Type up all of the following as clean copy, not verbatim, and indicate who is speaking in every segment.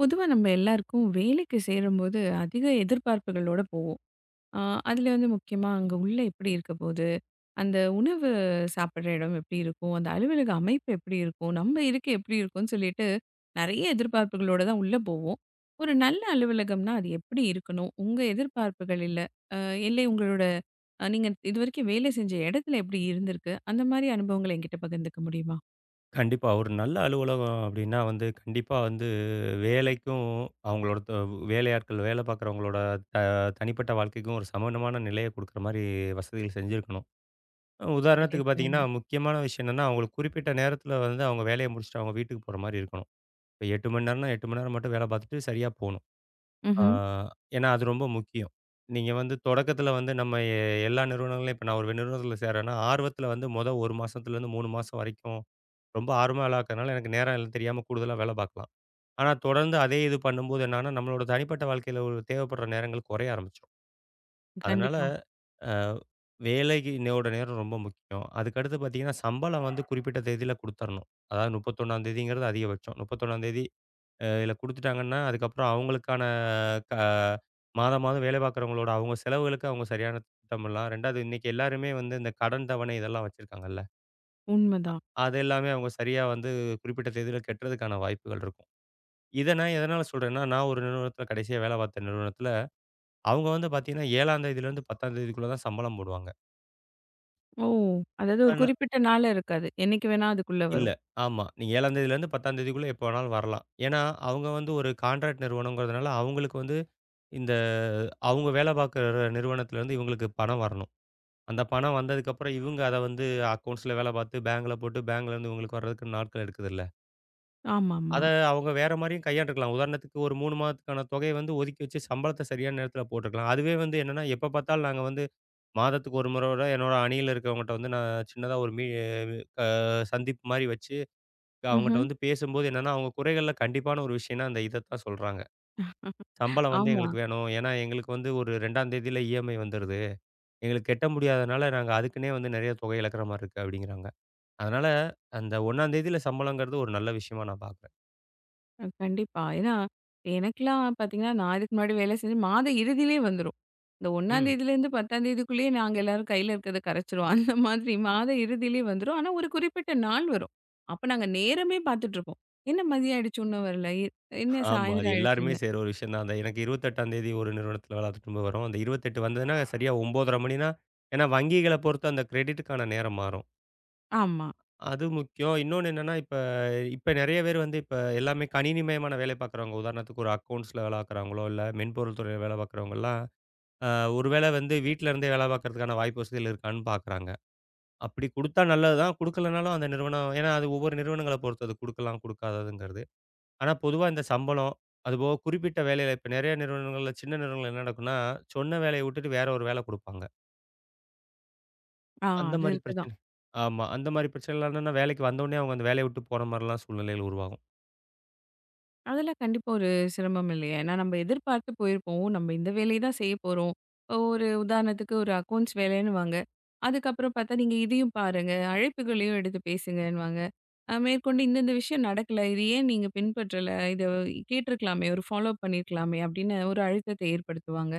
Speaker 1: பொதுவா நம்ம எல்லாருக்கும் வேலைக்கு சேரும்போது அதிக எதிர்பார்ப்புகளோட போவோம். ஆ அதில வந்து முக்கியமா அங்க உள்ள எப்படி இருக்க போது? அந்த உணவு சாப்பிடுற இடம் எப்படி இருக்கும்? அந்த அலுவலக அமைப்பு எப்படி இருக்கும்? நம்ம இருக்கை எப்படி இருக்கும்ன்னு சொல்லிட்டு, நெறைய எதிர்பார்ப்புகளோட தான் உள்ள போவோம். ஒரு நல்ல அலுவலகம்னா அது எப்படி இருக்கணும்? உங்க எதிர்பார்ப்புகள் இல்ல. அ இல்லை உங்களோட நீங்க இதுவரைக்கும் வேலை செஞ்ச இடத்துல எப்படி இருந்திருக்கு? அந்த மாரி அனுபவங்கள என்கிட்ட பகிர்ந்துக்க முடியுமா?
Speaker 2: கண்டிப்பா. ஒரு நல்ல அலுவலகம் அப்டின்னா வந்து, கண்டிப்பா வந்து வேலைக்கும், அவங்களோட வேலையாட்கள் வேலை பார்க்குறவங்களோட த தனிப்பட்ட வாழ்க்கைக்கும் ஒரு சமமான நிலைய குடுக்குற மாரி வசதிகள் செஞ்சிருக்கணும்.
Speaker 1: சரியா
Speaker 2: உதாரணத்துக்கு
Speaker 1: சொன்னீங்க.
Speaker 2: பார்த்தீங்கன்னா, முக்கியமான விஷயம் என்னன்னா, அவங்களுக்கு குறிப்பிட்ட நேரத்தில வந்து அவங்க வேலைய முடிச்சுட்டு அவங்க வீட்டுக்கு போற மாரி இருக்கணும். இப்ப 8 மணி நேரம்னா 8 மணி நேரம் மட்டும் வேலை பார்த்துட்டு சரியா போணும். ஆ
Speaker 1: ம்ஹ்ம்.
Speaker 2: ஏன்னா அது ரொம்ப முக்கியம். நீங்க வந்து தொடக்கத்தில வந்து நம்ம எல்லா நிறுவனங்கள்லயும் இப்ப நான் ஒரு நிறுவனத்தில சேர்றேன்னா, ஆர்வத்தில வந்து 1 மாசத்துலேருந்து 3 மாசம் வரைக்கும் ரொம்ப ஆர்வமா வேலை பார்க்கறனால எனக்கு நேரம் எல்லாம் தெரியாம கூடுதலா வேலை பார்க்கலாம். ஆனா தொடர்ந்து அதே இது பண்ணும்போது என்னன்னா, நம்மளோட தனிப்பட்ட வாழ்க்கையில ஒரு தேவைப்படுற நேரங்கள் குறைய ஆரம்பிச்சுரும். அதனால
Speaker 1: கண்டிப்பா.
Speaker 2: அ வேலைக்கு நோட நேரம் ரொம்ப முக்கியம். அதுக்கடுத்து பார்த்தீங்கன்னா, சம்பளம் வந்து குறிப்பிட்ட தேதியில குடுத்தரணும். அதாவது 31ஆம் தேதிங்கிறது அதிகபட்சம். 31ஆந்தேதி இதில குடுத்துட்டாங்கன்னா, அதுக்கப்புறம் அவங்களுக்கான க மாதம் மாதம் வேலை பார்க்குறவங்களோட அவங்க செலவுகளுக்கு அவங்க சரியான திட்டமிடலாம். 2வது இன்னைக்கு எல்லாருமே வந்து இந்த கடன் தவணை இதெல்லாம் வச்சிருக்காங்கல்ல.
Speaker 1: உண்மதான்.
Speaker 2: அது எல்லாமே அவங்க சரியா வந்து குறிப்பிட்ட தேதியில கட்டுறதுக்கான வாய்ப்புகள் இருக்கும். இத நான் எதனால சொல்றேன்னா, நான் ஒரு நிறுவனத்தில கடைசியா வேலை பார்த்த நிறுவனத்தில, அவங்க வந்து பார்த்தீங்கன்னா 7ஆம் தேதியிலேருந்து 10ஆம் தேதிக்குள்ள தான் சம்பளம் போடுவாங்க.
Speaker 1: ஓ! அதாவது ஒரு
Speaker 2: ஆனா
Speaker 1: குறிப்பிட்ட நாள் இருக்காது. என்னைக்கு வேணா அதுக்குள்ள
Speaker 2: இல்ல.
Speaker 1: வரும்.
Speaker 2: ஆமா. நீங்க 7ஆம் தேதியிலேருந்து 10ஆம் தேதிக்குள்ள எப்போ வேணாலும் வரலாம். ஏன்னா, அவங்க வந்து ஒரு கான்ட்ராக்ட் நிறுவனங்கிறதுனால, அவங்களுக்கு வந்து இந்த அவங்க வேலை பார்க்குற நிறுவனத்திலேருந்து இவங்களுக்கு பணம் வரணும். அந்த பணம் வந்ததுக்கப்புறம் இவங்க அத வந்து அக்கவுண்ட்ஸில வேலை பார்த்து பேங்க்ல போட்டு பேங்க்லேருந்து இவங்களுக்கு வர்றதுக்கு நாட்கள் எடுக்குதுல்ல.
Speaker 1: ஆமாமா.
Speaker 2: அத அவங்க வேற மாரியும் கையாண்டுருக்கலாம். உதாரணத்துக்கு ஒரு 3 மாதத்துக்கான தொகைய வந்து ஒதுக்கி வச்சு சம்பளத்த சரியான நேரத்துல போட்டுருக்கலாம். அதுவே வந்து என்னன்னா, எப்ப பார்த்தாலும் நாங்க வந்து மாதத்துக்கு ஒரு முறையோட என்னோட அணியில இருக்கிறவங்கட்ட வந்து நான் சின்னதா ஒரு சந்திப்பு மாரி வச்சு, அவங்கட்ட
Speaker 1: ம்ஹ்ம்.
Speaker 2: வந்து பேசும்போது என்னன்னா, அவங்க குறைகள்ல கண்டிப்பான ஒரு விஷயம்னா அந்த இதத்தான் சொல்றாங்க. சம்பளம் வந்து
Speaker 1: ஆமா.
Speaker 2: எங்களுக்கு வேணும். ஏன்னா எங்களுக்கு வந்து ஒரு 2ஆம் தேதியில இஎம்ஐ வந்துருது. எங்களுக்கு கட்ட முடியாதனால நாங்க அதுக்குன்னே வந்து நெறைய தொகை இழக்கிற மாரி இருக்கு அப்டிங்கிறாங்க. அதனால அந்த 1ஆம் தேதியில சம்பளங்கிறது ஒரு நல்ல விஷயமா நான் பார்க்குறேன்.
Speaker 1: கண்டிப்பா. ஏன்னா, எனக்கெல்லாம் பார்த்தீங்கன்னா, நான் இதுக்கு முன்னாடி வேலை செஞ்சு மாத இறுதியிலே வந்துரும். இந்த 1
Speaker 2: ம்.
Speaker 1: தேதியிலேருந்து 10 தேதிக்குள்ளேயே நாங்க எல்லாரும் கையில இருக்கிறத கரைச்சுருவோம். அந்த மாதிரி மாத இறுதியிலே வந்துரும். ஆனா, ஒரு குறிப்பிட்ட நாள் வரும். அப்ப நாங்க நேரமே பார்த்துட்டுருப்போம். என்ன மதியம் ஆயிடுச்சு, இன்னும் வரல. என்ன
Speaker 2: ஆமா. அது
Speaker 1: சாயந்தரம்
Speaker 2: எல்லாருமே
Speaker 1: ஆயிடுச்சுன்னு.
Speaker 2: செய்ற ஒரு விஷயம் தான். அந்த எனக்கு 28ஆந்தேதி ஒரு நிறுவனத்தில வேலை திரும்ப வரும். அந்த 28 வந்ததுன்னா, சரியா 9:30 மணினா ஏன்னா வங்கிகள பொறுத்து அந்த கிரெடிட்டுக்கான நேரம் மாறும்.
Speaker 1: ஆமா.
Speaker 2: அது முக்கியம். இன்னொன்னு என்னன்னா, இப்ப இப்ப நெறைய பேர் வந்து இப்ப எல்லாமே கணினிமயமான வேலை பார்க்குறவங்க. உதாரணத்துக்கு ஒரு அக்கவுண்ட்ஸ்ல வேலை பார்க்குறவங்களோ, இல்ல மென்பொருள் துறையில வேலை பார்க்குறவங்கலாம், அ ஒரு வேளை வந்து வீட்ல இருந்தே வேலை பார்க்கறதுக்கான வாய்ப்பு வசதிகள் இருக்கான்னு பார்க்குறாங்க. அப்படி குடுத்தா நல்லது தான். குடுக்கலனாலும் அந்த நிறுவனம் ஏன்னா அது ஒவ்வொரு நிறுவனங்கள பொறுத்து அது குடுக்கலாம், குடுக்காததுங்கிறது. ஆனா, பொதுவா இந்த சம்பளம், அதுபோக குறிப்பிட்ட வேலையில இப்ப நெறைய நிறுவனங்கள்ல, சின்ன நிறுவனங்கள்ல என்ன நடக்கும்னா, சொன்ன வேலைய விட்டுட்டு வேற ஒரு வேலை குடுப்பாங்க. அந்த
Speaker 1: அது
Speaker 2: மாரி
Speaker 1: இருக்கு தான்.
Speaker 2: பிரச்சனை ஆமா. அந்த மாரி பிரச்சனைலாம் என்னன்னா, வேலைக்கு வந்தவுடனே அவங்க அந்த வேலைய விட்டு போற மாரிலாம் சூழ்நிலைகள் உருவாகும்.
Speaker 1: அதெல்லாம் கண்டிப்பா ஒரு சிரமம் இல்லையா? ஏன்னா நம்ம எதிர்பார்த்து போயிருப்போம். "ஓ! நம்ம இந்த வேலைய தான் செய்ய போறோம்." இப்போ ஒரு உதாரணத்துக்கு ஒரு அக்கவுண்ட்ஸ் வேலைன்னுவாங்க. அதுக்கப்புறம் பார்த்தா, "நீங்க இதையும் பாருங்க. அழைப்புகளையும் எடுத்து பேசுங்கன்னுவாங்க." மேற்கொண்டு "இந்தந்த விஷயம் நடக்கல. இது ஏன் நீங்க பின்பற்றல? இத கேட்டுருக்கலாமே! ஒரு ஃபாலோ அப் பண்ணியிருக்கலாமே!" அப்படின்னு ஒரு அழுத்தத்தை ஏற்படுத்துவாங்க.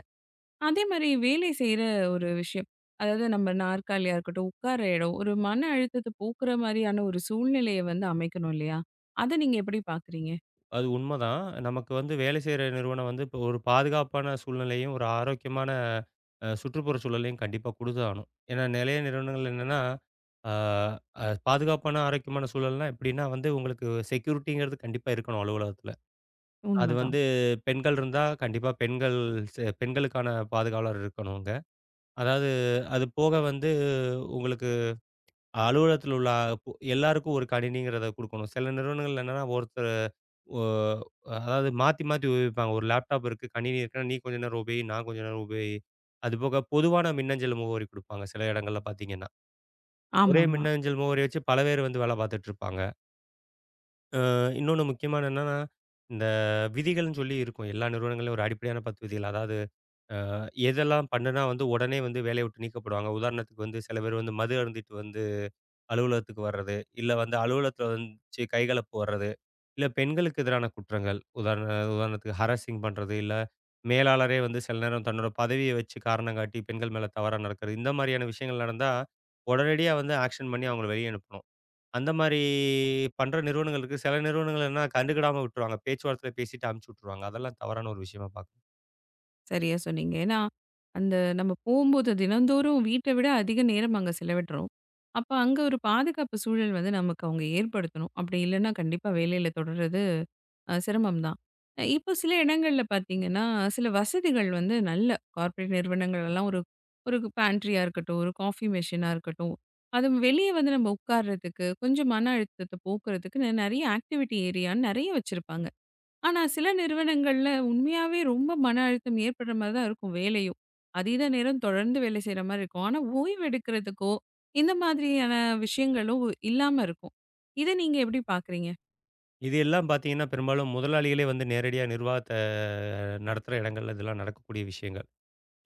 Speaker 1: அதே மாரி வேலை செய்ற ஒரு விஷயம். அதாவது நம்ம நாற்காலியா இருக்கட்டும், உட்கார இடம், ஒரு மன அழுத்தத்த போக்குற மாரியான ஒரு சூழ்நிலைய வந்து அமைக்கணும் இல்லையா? அத நீங்க எப்படி பார்க்குறீங்க?
Speaker 2: அது உண்மதான். நமக்கு வந்து வேலை செய்ற நிறுவனம் வந்து இப்போ ஒரு பாதுகாப்பான சூழ்நிலையும், ஒரு ஆரோக்கியமான சுற்றுப்புற சூழலையும் கண்டிப்பா குடுத்தாகணும். ஏன்னா, நெறைய நிறுவனங்கள் என்னன்னா, ஆ பாதுகாப்பான, ஆரோக்கியமான சூழல்னா எப்படின்னா வந்து உங்களுக்கு செக்யூரிட்டிங்கிறது கண்டிப்பா இருக்கணும் அலுவலகத்துல. அது
Speaker 1: உண்மதான்.
Speaker 2: வந்து பெண்கள் இருந்தா கண்டிப்பா பெண்கள் பெண்களுக்கான பாதுகாவலர் இருக்கணும் அங்க. அதாவது அது போக வந்து உங்களுக்கு அலுவலகத்துல உள்ள பு எல்லாருக்கும் ஒரு கணினிங்கிறத குடுக்கணும். சில நிறுவனங்கள்ல என்னன்னா ஒருத்தர் ஒ அதாவது மாத்தி மாத்தி உபயோகிப்பாங்க. ஒரு லேப்டாப் இருக்கு, கணினி இருக்குன்னா, நீ கொஞ்ச நேரம் உபயோகி, நான் கொஞ்ச நேரம் உபயோகி. அதுபோக பொதுவான மின்னஞ்சல் முகவரி குடுப்பாங்க சில இடங்கள்ல பார்த்தீங்கன்னா. ஒரே
Speaker 1: ஆமாமா.
Speaker 2: மின்னஞ்சல் முகவரி வச்சு பல பேர் வந்து வேலை பார்த்துட்டு இருப்பாங்க. இன்னொன்னு முக்கியமான என்னன்னா, இந்த விதிகள்னு சொல்லி இருக்கும். எல்லா நிறுவனங்கள்லயும் ஒரு அடிப்படையான 10 விதிகள். அதாவது எதெல்லாம் பண்ணுனா வந்து உடனே வந்து வேலைய விட்டு நீக்கப்படுவாங்க. உதாரணத்துக்கு வந்து சில பேர் வந்து மது அருந்திட்டு வந்து அலுவலகத்துக்கு வர்றது, இல்ல வந்து அலுவலகத்தில வச்சு கைகலப்பு வர்றது, இல்ல பெண்களுக்கு எதிரான குற்றங்கள். உதாரணத்துக்கு ஹராஸிங் பண்றது, இல்ல மேலாளரே வந்து சில நேரம் தன்னோட பதவிய வச்சு காரணம் காட்டி பெண்கள் மேல தவறா நடக்கிறது. இந்த மாரியான விஷயங்கள் நடந்தா, உடனடியா வந்து ஆக்ஷன் பண்ணி அவங்கள வெளிய அனுப்பணும். அந்த மாரி பண்ற நிறுவனங்கள் இருக்கு. சில நிறுவனங்கள் என்னன்னா கண்டுக்கிடாம விட்டுருவாங்க. பேச்சுவார்த்தையில பேசிட்டு அனுப்பிச்சு விட்டுருவாங்க. அதெல்லாம் தவறான ஒரு விஷயமா பார்க்குறேன்.
Speaker 1: சரியா சொன்னீங்க. ஏன்னா, அந்த நம்ம போம்போது தினந்தோறும் வீட்ட விட அதிக நேரம் அங்க செலவிடுறோம். அப்ப அங்க ஒரு பாதுகாப்பு சூழல் வந்து நமக்கு அவங்க ஏற்படுத்தணும். அப்படி இல்லன்னா கண்டிப்பா வேலையில தொடர்றது சிரமம் தான். இப்போ சில இடங்கள்ல பார்த்தீங்கன்னா, சில வசதிகள் வந்து நல்ல கார்ப்பரேட் நிறுவனங்கள் எல்லாம் ஒரு ஒரு பேண்ட்ரியா இருக்கட்டும், ஒரு காஃபி மெஷினா இருக்கட்டும், அதுவும் வெளிய வந்து நம்ம உட்கார்றதுக்கு, கொஞ்சம் மன அழுத்தத்த போக்குறதுக்கு நெறைய ஆக்டிவிட்டி ஏரியான்னு நெறைய வச்சிருப்பாங்க. ஆனா, சில நிறுவனங்கள்ல உண்மையாவே ரொம்ப மன அழுத்தம் ஏற்படுற மாரி தான் இருக்கும் வேலையும். அதீத நேரம் தொடர்ந்து வேலை செய்ற மாரி இருக்கும். ஆனா, ஓய்வு எடுக்கிறதுக்கோ, இந்த மாதிரியான விஷயங்களும் இல்லாம இருக்கும். இத நீங்க எப்படி பார்க்குறீங்க?
Speaker 2: இது எல்லாம் பார்த்தீங்கன்னா, பெரும்பாலும் முதலாளிகளே வந்து நேரடியா நிர்வாகத்த நடத்துற இடங்கள்ல இதெல்லாம் நடக்கக்கூடிய விஷயங்கள்.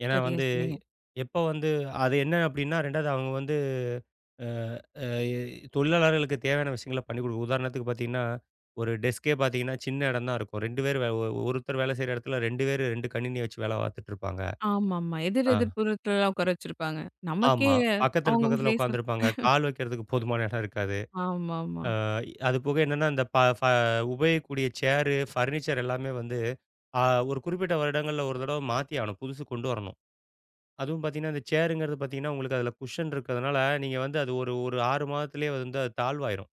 Speaker 2: ஏன்னா
Speaker 1: சரியா
Speaker 2: வந்து,
Speaker 1: சொன்னீங்க.
Speaker 2: எப்ப வந்து அது என்ன அப்டின்னா, 2வது அவங்க வந்து அ, அ தொழிலாளர்களுக்கு தேவையான விஷயங்கள பண்ணி குடுக்க உதாரணத்துக்கு பார்த்தீங்கன்னா, ஒரு டெஸ்க்கே பார்த்தீங்கன்னா, சின்ன இடம் தான் இருக்கும். 2 பேர் ஒருத்தர் வேலை செய்ற இடத்துல 2 பேரு 2 கணினிய வச்சு வேலை பார்த்துட்டு இருப்பாங்க.
Speaker 1: ஆமாமா. எதிர்
Speaker 2: ஆ,
Speaker 1: எதிர் புறத்துலலாம் உட்கார வச்சிருப்பாங்க. நமக்கே
Speaker 2: ஆமா. பக்கத்துல,
Speaker 1: அவங்க
Speaker 2: பக்கத்துல
Speaker 1: ஃபேஸ
Speaker 2: உட்காந்துருப்பாங்க. கால் வைக்கிறதுக்கு போதுமான இடம் இருக்காது.
Speaker 1: ஆமாமா. ஆமா.
Speaker 2: அது போக என்னன்னா, இந்த உபயோகிக்கக்கூடிய சேரு, ஃபர்னிச்சர் எல்லாமே வந்து, ஆ ஒரு குறிப்பிட்ட வருடங்கள்ல ஒரு தடவ மாத்தி ஆகணும். புதுசு கொண்டு வரணும். அதுவும் பார்த்தீங்கன்னா, அந்த சேருங்கிறது பார்த்தீங்கன்னா, உங்களுக்கு அதில குஷன் இருக்கிறதுனால, நீங்க வந்து அது ஒரு ஒரு 6 மாதத்திலேயே வந்து அது தாழ்வாயிரும்.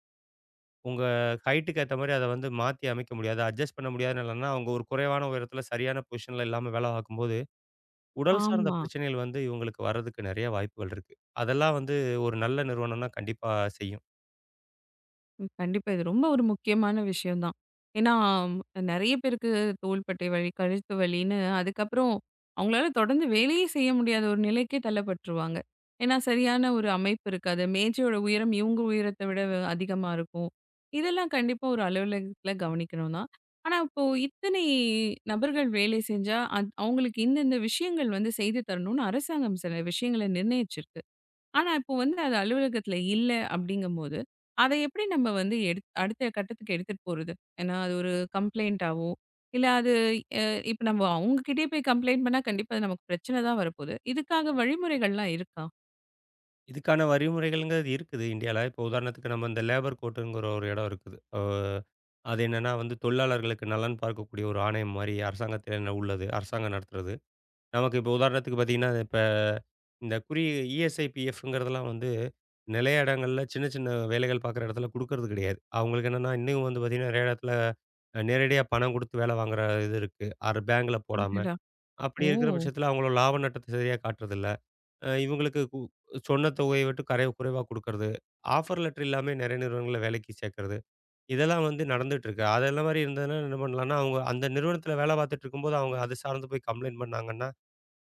Speaker 2: உங்க ஹைட்டுக்கு ஏத்த மாரி அத வந்து மாத்தி அமைக்க முடியாது. அட்ஜஸ்ட் பண்ண முடியாத நிலைன்னா, அவங்க ஒரு குறைவான உயரத்தில சரியான பொசிஷன்ல இல்லாம வேலை பார்க்கும்போது, உடல் சார்ந்த
Speaker 1: ஆமா
Speaker 2: பிரச்சனைகள் வந்து இவங்களுக்கு வர்றதுக்கு நெறைய வாய்ப்புகள் இருக்கு. அதெல்லாம் வந்து ஒரு நல்ல நிறுவனம்னா கண்டிப்பா செய்யும்.
Speaker 1: ம். கண்டிப்பா. இது ரொம்ப ஒரு முக்கியமான விஷயம் தான். ஏன்னா, நெறைய பேருக்கு தோள்பட்டை வலி, கழுத்து வலின்னு அதுக்கப்புறம் அவங்களால தொடர்ந்து வேலையே செய்ய முடியாத ஒரு நிலைக்கே தள்ளப்பட்டுருவாங்க. ஏன்னா, சரியான ஒரு அமைப்பு இருக்காது. மேஜையோட உயரம் இவங்க உயரத்தை விட அதிகமா இருக்கும். இதெல்லாம் கண்டிப்பா ஒரு அலுவலகத்தில கவனிக்கணும் தான். ஆனா, இப்போ இத்தனை நபர்கள் வேலை செஞ்சா, அவங்களுக்கு இந்த இந்த விஷயங்கள் வந்து செய்து தரணும்னு அரசாங்கம் சில விஷயங்கள நிர்ணயிச்சிருக்கு. ஆனா, இப்போ வந்து அது அலுவலகத்துல இல்ல அப்படிங்கும்போது, அதை எப்படி நம்ம வந்து அடுத்த கட்டத்துக்கு எடுத்துட்டு போறது? ஏன்னா, அது ஒரு கம்ப்ளைண்ட்டாவோ, இல்ல அது அ இப்ப நம்ம அவங்ககிட்டயே போய் கம்ப்ளைண்ட் பண்ணா கண்டிப்பா அது நமக்கு பிரச்சனை தான் வரப்போகுது. இதுக்காக வழிமுறைகள்லாம் இருக்கா?
Speaker 2: இதுக்கான வழிமுறைகள்ங்கிறது இருக்குது இந்தியால. இப்போ உதாரணத்துக்கு நம்ம இந்த லேபர் கோர்ட்டுங்கிற ஒரு இடம் இருக்குது. அது என்னன்னா வந்து தொழிலாளர்களுக்கு நலன் பார்க்கக்கூடிய ஒரு ஆணையம் மாரி அரசாங்கத்தில உள்ளது. அரசாங்கம் நடத்துறது. நமக்கு இப்போ உதாரணத்துக்கு பார்த்தீங்கன்னா, இப்ப இந்த குறி இஎஸ்ஐ, பிஎஃப்ங்கிறதெல்லாம் வந்து நிலைய இடங்கள்ல சின்ன சின்ன வேலைகள் பார்க்குற இடத்துல குடுக்கறது கிடையாது. அவங்களுக்கு என்னன்னா, இன்னும் வந்து பார்த்தீங்கன்னா, நெறைய இடத்துல நேரடியா பணம் குடுத்து வேலை வாங்குற இது இருக்கு. பேங்க்ல போடாம.
Speaker 1: அடடா!
Speaker 2: அப்படி
Speaker 1: ஓ!
Speaker 2: இருக்கிற பட்சத்தில அவங்களோட லாப நட்டத்த சரியா காட்டுறதில்ல. அ இவங்களுக்கு கு சொன்ன தொகையை விட்டு குறைவா குடுக்கறது. ஆஃபர் லெட்டர் இல்லாமயே நெறைய நிறுவனங்கள்ல வேலைக்கு சேர்க்கறது. இதெல்லாம் வந்து நடந்துட்டு இருக்கு. அதெல்லாம் மாரி இருந்ததுன்னா என்ன பண்ணலாம்ன்னா, அவங்க அந்த நிறுவனத்தில வேலை பார்த்துட்டு இருக்கும்போது அவங்க அது சார்ந்து போய் கம்ப்ளைண்ட் பண்ணாங்கன்னா,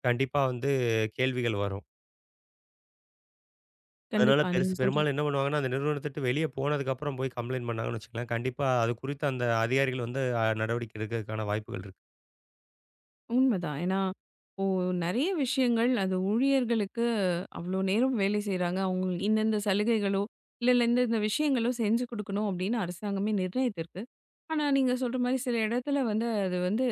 Speaker 2: கண்டிப்பா வந்து கேள்விகள் வரும். அதனால
Speaker 1: கண்டிப்பா. நீங்க சொல்ற
Speaker 2: பெரும்பாலும் என்ன பண்ணுவாங்கன்னா, அந்த நிறுவனத்த விட்டு வெளிய போனதுக்கப்புறம் போய் கம்ப்ளைண்ட் பண்ணாங்கன்னு வச்சுக்கங்களேன், கண்டிப்பா அது குறித்த அந்த அதிகாரிகள் வந்து நடவடிக்கை எடுக்கிறதுக்கான வாய்ப்புகள் இருக்கு.
Speaker 1: உண்மதான். ஏன்னா, இப்போ நெறைய விஷயங்கள் அது ஊழியர்களுக்கு அவ்ளோ நேரம் வேலை செய்றாங்க. அவங்களுக்கு இந்தந்த சலுகைகளோ, இல்ல இந்தந்த விஷயங்களோ செஞ்சு குடுக்கணும் அப்படின்னு அரசாங்கமே நிர்ணயித்திருக்கு. ஆனா, நீங்க சொல்ற மாரி சில இடத்துல வந்து அது வந்து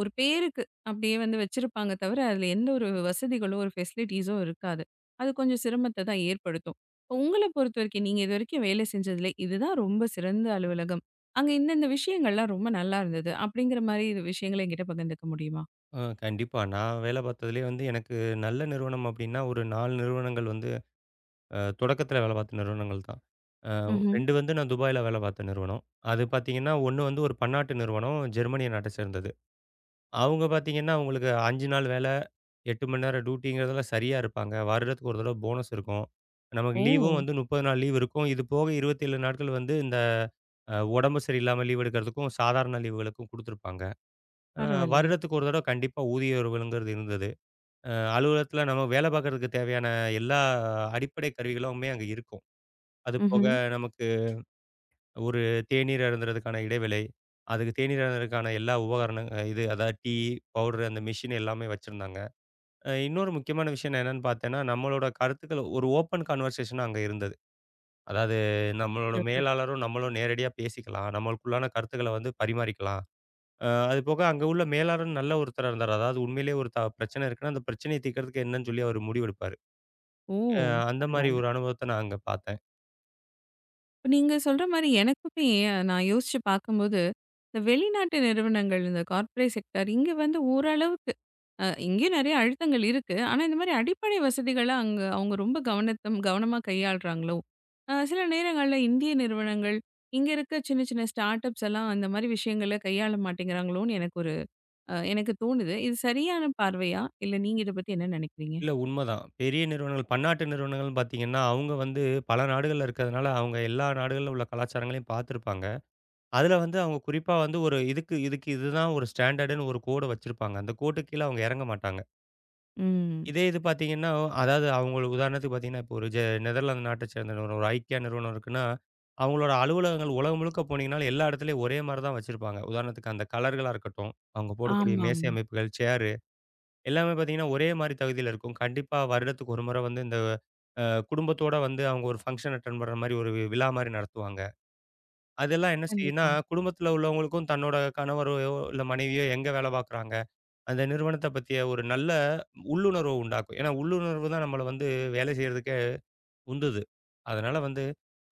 Speaker 1: ஒரு பேருக்கு அப்படியே வந்து வச்சிருப்பாங்க தவிர, அதுல எந்த ஒரு வசதிகளோ, ஒரு ஃபெசிலிட்டீஸோ இருக்காது. அது கொஞ்சம் சிரமத்த தான் ஏற்படுத்தும். உங்கள பொறுத்தவரைக்கும் நீங்க இதுவரைக்கும் வேலை செஞ்சதுல இதுதான் ரொம்ப சிறந்த அலுவலகம். அங்க இந்தந்த விஷயங்கள்லாம் ரொம்ப நல்லா இருந்தது அப்படிங்கிற மாரி விஷயங்கள என்கிட்ட பகிர்ந்துக்க முடியுமா?
Speaker 2: கண்டிப்பா. நான் வேலை பார்த்ததுலயே வந்து எனக்கு நல்ல நிறுவனம் அப்டின்னா ஒரு 4 நிறுவனங்கள் வந்து தொடக்கத்தில வேலை பார்த்த நிறுவனங்கள் தான். அ
Speaker 1: ம்ஹ்ம்.
Speaker 2: 2 வந்து நான் துபாயில வேலை பார்த்த நிறுவனம். அது பார்த்தீங்கன்னா, 1 வந்து ஒரு பன்னாட்டு நிறுவனம், ஜெர்மனிய நாட்ட சேர்ந்தது. அவங்க பார்த்தீங்கன்னா, அவங்களுக்கு 5 நாள் வேலை, 8 மணி நேரம் டியூட்டிங்கிறதுல சரியா இருப்பாங்க. வருடத்துக்கு ஒரு தடவ போனஸ் இருக்கும். நமக்கு லீவும்
Speaker 1: ஓ!
Speaker 2: வந்து 30 நாள் லீவ் இருக்கும். இது போக 27 நாட்கள் வந்து உடம்பு சரியில்லாம லீவ் எடுக்கிறதுக்கும், சாதாரண லீவுகளுக்கும் குடுத்துருப்பாங்க. அ
Speaker 1: பரவாயில்லையே.
Speaker 2: வருடத்துக்கு ஒரு தடவ கண்டிப்பா ஊதிய உயர்வுங்கிறது இருந்தது. அலுவலகத்தில நம்ம வேலை பார்க்கறதுக்கு தேவையான எல்லா அடிப்படை கருவிகளுமே அங்க இருக்கும். அது போக
Speaker 1: ம்ஹ்ம்.
Speaker 2: நமக்கு ஒரு தேநீர் அருந்துறதுக்கான இடைவேளை, அதுக்கு தேநீர் அருந்துறதுக்கான எல்லா இது அதாவது டீ, பவுடர் அந்த மெஷின் எல்லாமே வச்சிருந்தாங்க. இன்னொரு முக்கியமான விஷயம் நான் என்னன்னு பார்த்தேன்னா, நம்மளோட கருத்துக்கள் ஒரு ஓப்பன் கன்வர்சேஷனா அங்க இருந்தது. அதாவது நம்மளோட
Speaker 1: சிறப்பு.
Speaker 2: மேலாளரும் நம்மளும் நேரடியா பேசிக்கலாம். நம்மளுக்குள்ளான கருத்துக்கள வந்து பரிமாறிக்கலாம். அது போக அங்க உள்ள மேலாளரும் நல்ல ஒருத்தரா இருந்தாரு. அதாவது உண்மையிலேயே ஒரு பிரச்சனை இருக்குன்னா, அந்த பிரச்சனைய தீர்க்கறதுக்கு என்னன்னு சொல்லி அவரு முடிவெடுப்பாரு.
Speaker 1: ஓ!
Speaker 2: அ அந்த மாரி
Speaker 1: பரவால்ல.
Speaker 2: ஒரு அனுபவத்த நான் அங்க பார்த்தேன்.
Speaker 1: இப்ப நீங்க சொல்ற மாரி எனக்குமே நான் யோசிச்சு பார்க்கும்போது, இந்த வெளிநாட்டு நிறுவனங்கள் இந்த கார்ப்பரேட் செக்டார் இங்க வந்து ஓரளவுக்கு இங்கேயும் நெறைய அழுத்தங்கள் இருக்கு. ஆனா இந்த மாரி அடிப்படை வசதிகள அங்க அவங்க ரொம்ப கவனமா கையாள்றாங்களோ! சில நேரங்கள்ல இந்திய நிறுவனங்கள், இங்க இருக்க சின்ன சின்ன ஸ்டார்ட் அப்ஸ் எல்லாம் அந்த மாரி விஷயங்கள கையாள மாட்டேங்கிறாங்களோன்னு எனக்கு ஒரு அ எனக்கு தோணுது. இது சரியான பார்வையா? இல்ல நீங்க இத பத்தி என்ன நெனைக்கிறீங்க?
Speaker 2: இல்ல உண்மதான். பெரிய நிறுவனங்கள் பன்னாட்டு நிறுவனங்கள்னு பார்த்தீங்கன்னா, அவங்க வந்து பல நாடுகள்ல இருக்கிறதுனால, அவங்க எல்லா நாடுகள்ல உள்ள கலாச்சாரங்களையும் பார்த்துருப்பாங்க. அதுல வந்து அவங்க குறிப்பா வந்து ஒரு இதுக்கு இதுக்கு இதுதான் ஒரு ஸ்டாண்டர்டுன்னு ஒரு கோட வச்சிருப்பாங்க. அந்த கோட்டுக்கு கீழ அவங்க இறங்க மாட்டாங்க.
Speaker 1: ம்.
Speaker 2: இதே இது பார்த்தீங்கன்னா, அதாவது அவங்களுக்கு உதாரணத்துக்கு பார்த்தீங்கன்னா, இப்போ ஒரு நெதர்லாந்து நாட்ட சேர்ந்த நிறுவனம், ஒரு ஐக்கியா நிறுவனம் இருக்குன்னா, அவங்களோட அலுவலகங்கள் உலகம் முழுக்க போனீங்கனாலும் எல்லா இடத்துலயும் ஒரே மாரி தான் வச்சிருப்பாங்க. உதாரணத்துக்கு அந்த கலர்களா இருக்கட்டும், அவங்க போடக்கூடிய மேசை
Speaker 1: ஆமாமா.
Speaker 2: அமைப்புகள், சேர் எல்லாமே பார்த்தீங்கன்னா, ஒரே மாரி தகுதியில இருக்கும். கண்டிப்பா வருடத்துக்கு ஒரு முறை வந்து அ குடும்பத்தோட வந்து அவங்க ஒரு ஃபங்ஷன் அட்டெண்ட் பண்ற மாரி ஒரு விழா மாரி நடத்துவாங்க. அதெல்லாம் என்ன செய்யும்னா,
Speaker 1: கண்டிப்பா.
Speaker 2: குடும்பத்தில உள்ளவங்களுக்கும் தன்னோட கணவரோ இல்ல மனைவியோ எங்க வேலை பார்க்குறாங்க, அந்த நிறுவனத்த பத்திய ஒரு நல்ல உள்ளுணர்வு உண்டாக்கும். ஏன்னா, உள்ளுணர்வு தான் நம்மள வந்து வேலை செய்றதுக்கே உந்துது. அதனால வந்து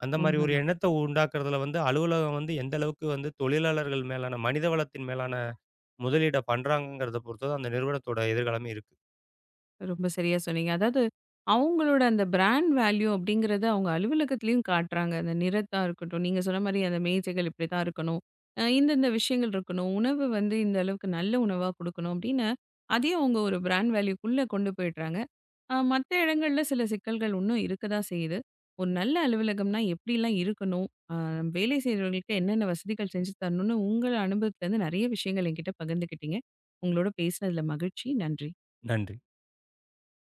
Speaker 2: அந்த மாரி ஒரு
Speaker 1: உண்மதான்.
Speaker 2: எண்ணத்த உண்டாக்குறதுல வந்து அலுவலகம் வந்து எந்த அளவுக்கு வந்து தொழிலாளர்கள் மேலான மனிதவளத்தின் மேலான முதலீட பண்றாங்கங்கிறத பொறுத்து தான் அந்த நிறுவனத்தோட எதிர்காலமே இருக்கு.
Speaker 1: ரொம்ப சரியா சொன்னீங்க. அதாவது, அவங்களோட அந்த பிராண்ட் வேல்யூ அப்படிங்கிறத அவங்க அலுவலகத்திலயும் காட்டுறாங்க. அந்த நிறத்தா இருக்கட்டும், நீங்க சொன்ன மாரி அந்த மேஜைகள் இப்படிதான் இருக்கணும். இந்தந்த விஷயங்கள் இருக்கணும். உணவு வந்து இந்த அளவுக்கு நல்ல உணவா குடுக்கணும் அப்படின்னு, அதையும் அவங்க ஒரு பிராண்ட் வேல்யூக்குள்ள கொண்டு போயிடுறாங்க. மத்த இடங்கள்ல சில சிக்கல்கள் இன்னும் இருக்கதான் செய்யுது. ஒரு நல்ல அலுவலகம்னா எப்படிலாம் இருக்கணும்? ஆ, வேலை செய்றவங்களுக்கு என்னென்ன வசதிகள் செஞ்சு தரணும்னு உங்கள் அனுபவத்திலருந்து நெறைய விஷயங்கள் என்கிட்ட பகிர்ந்துக்கிட்டீங்க. உங்களோட பேசினதுல மகிழ்ச்சி. நன்றி.
Speaker 2: நன்றி.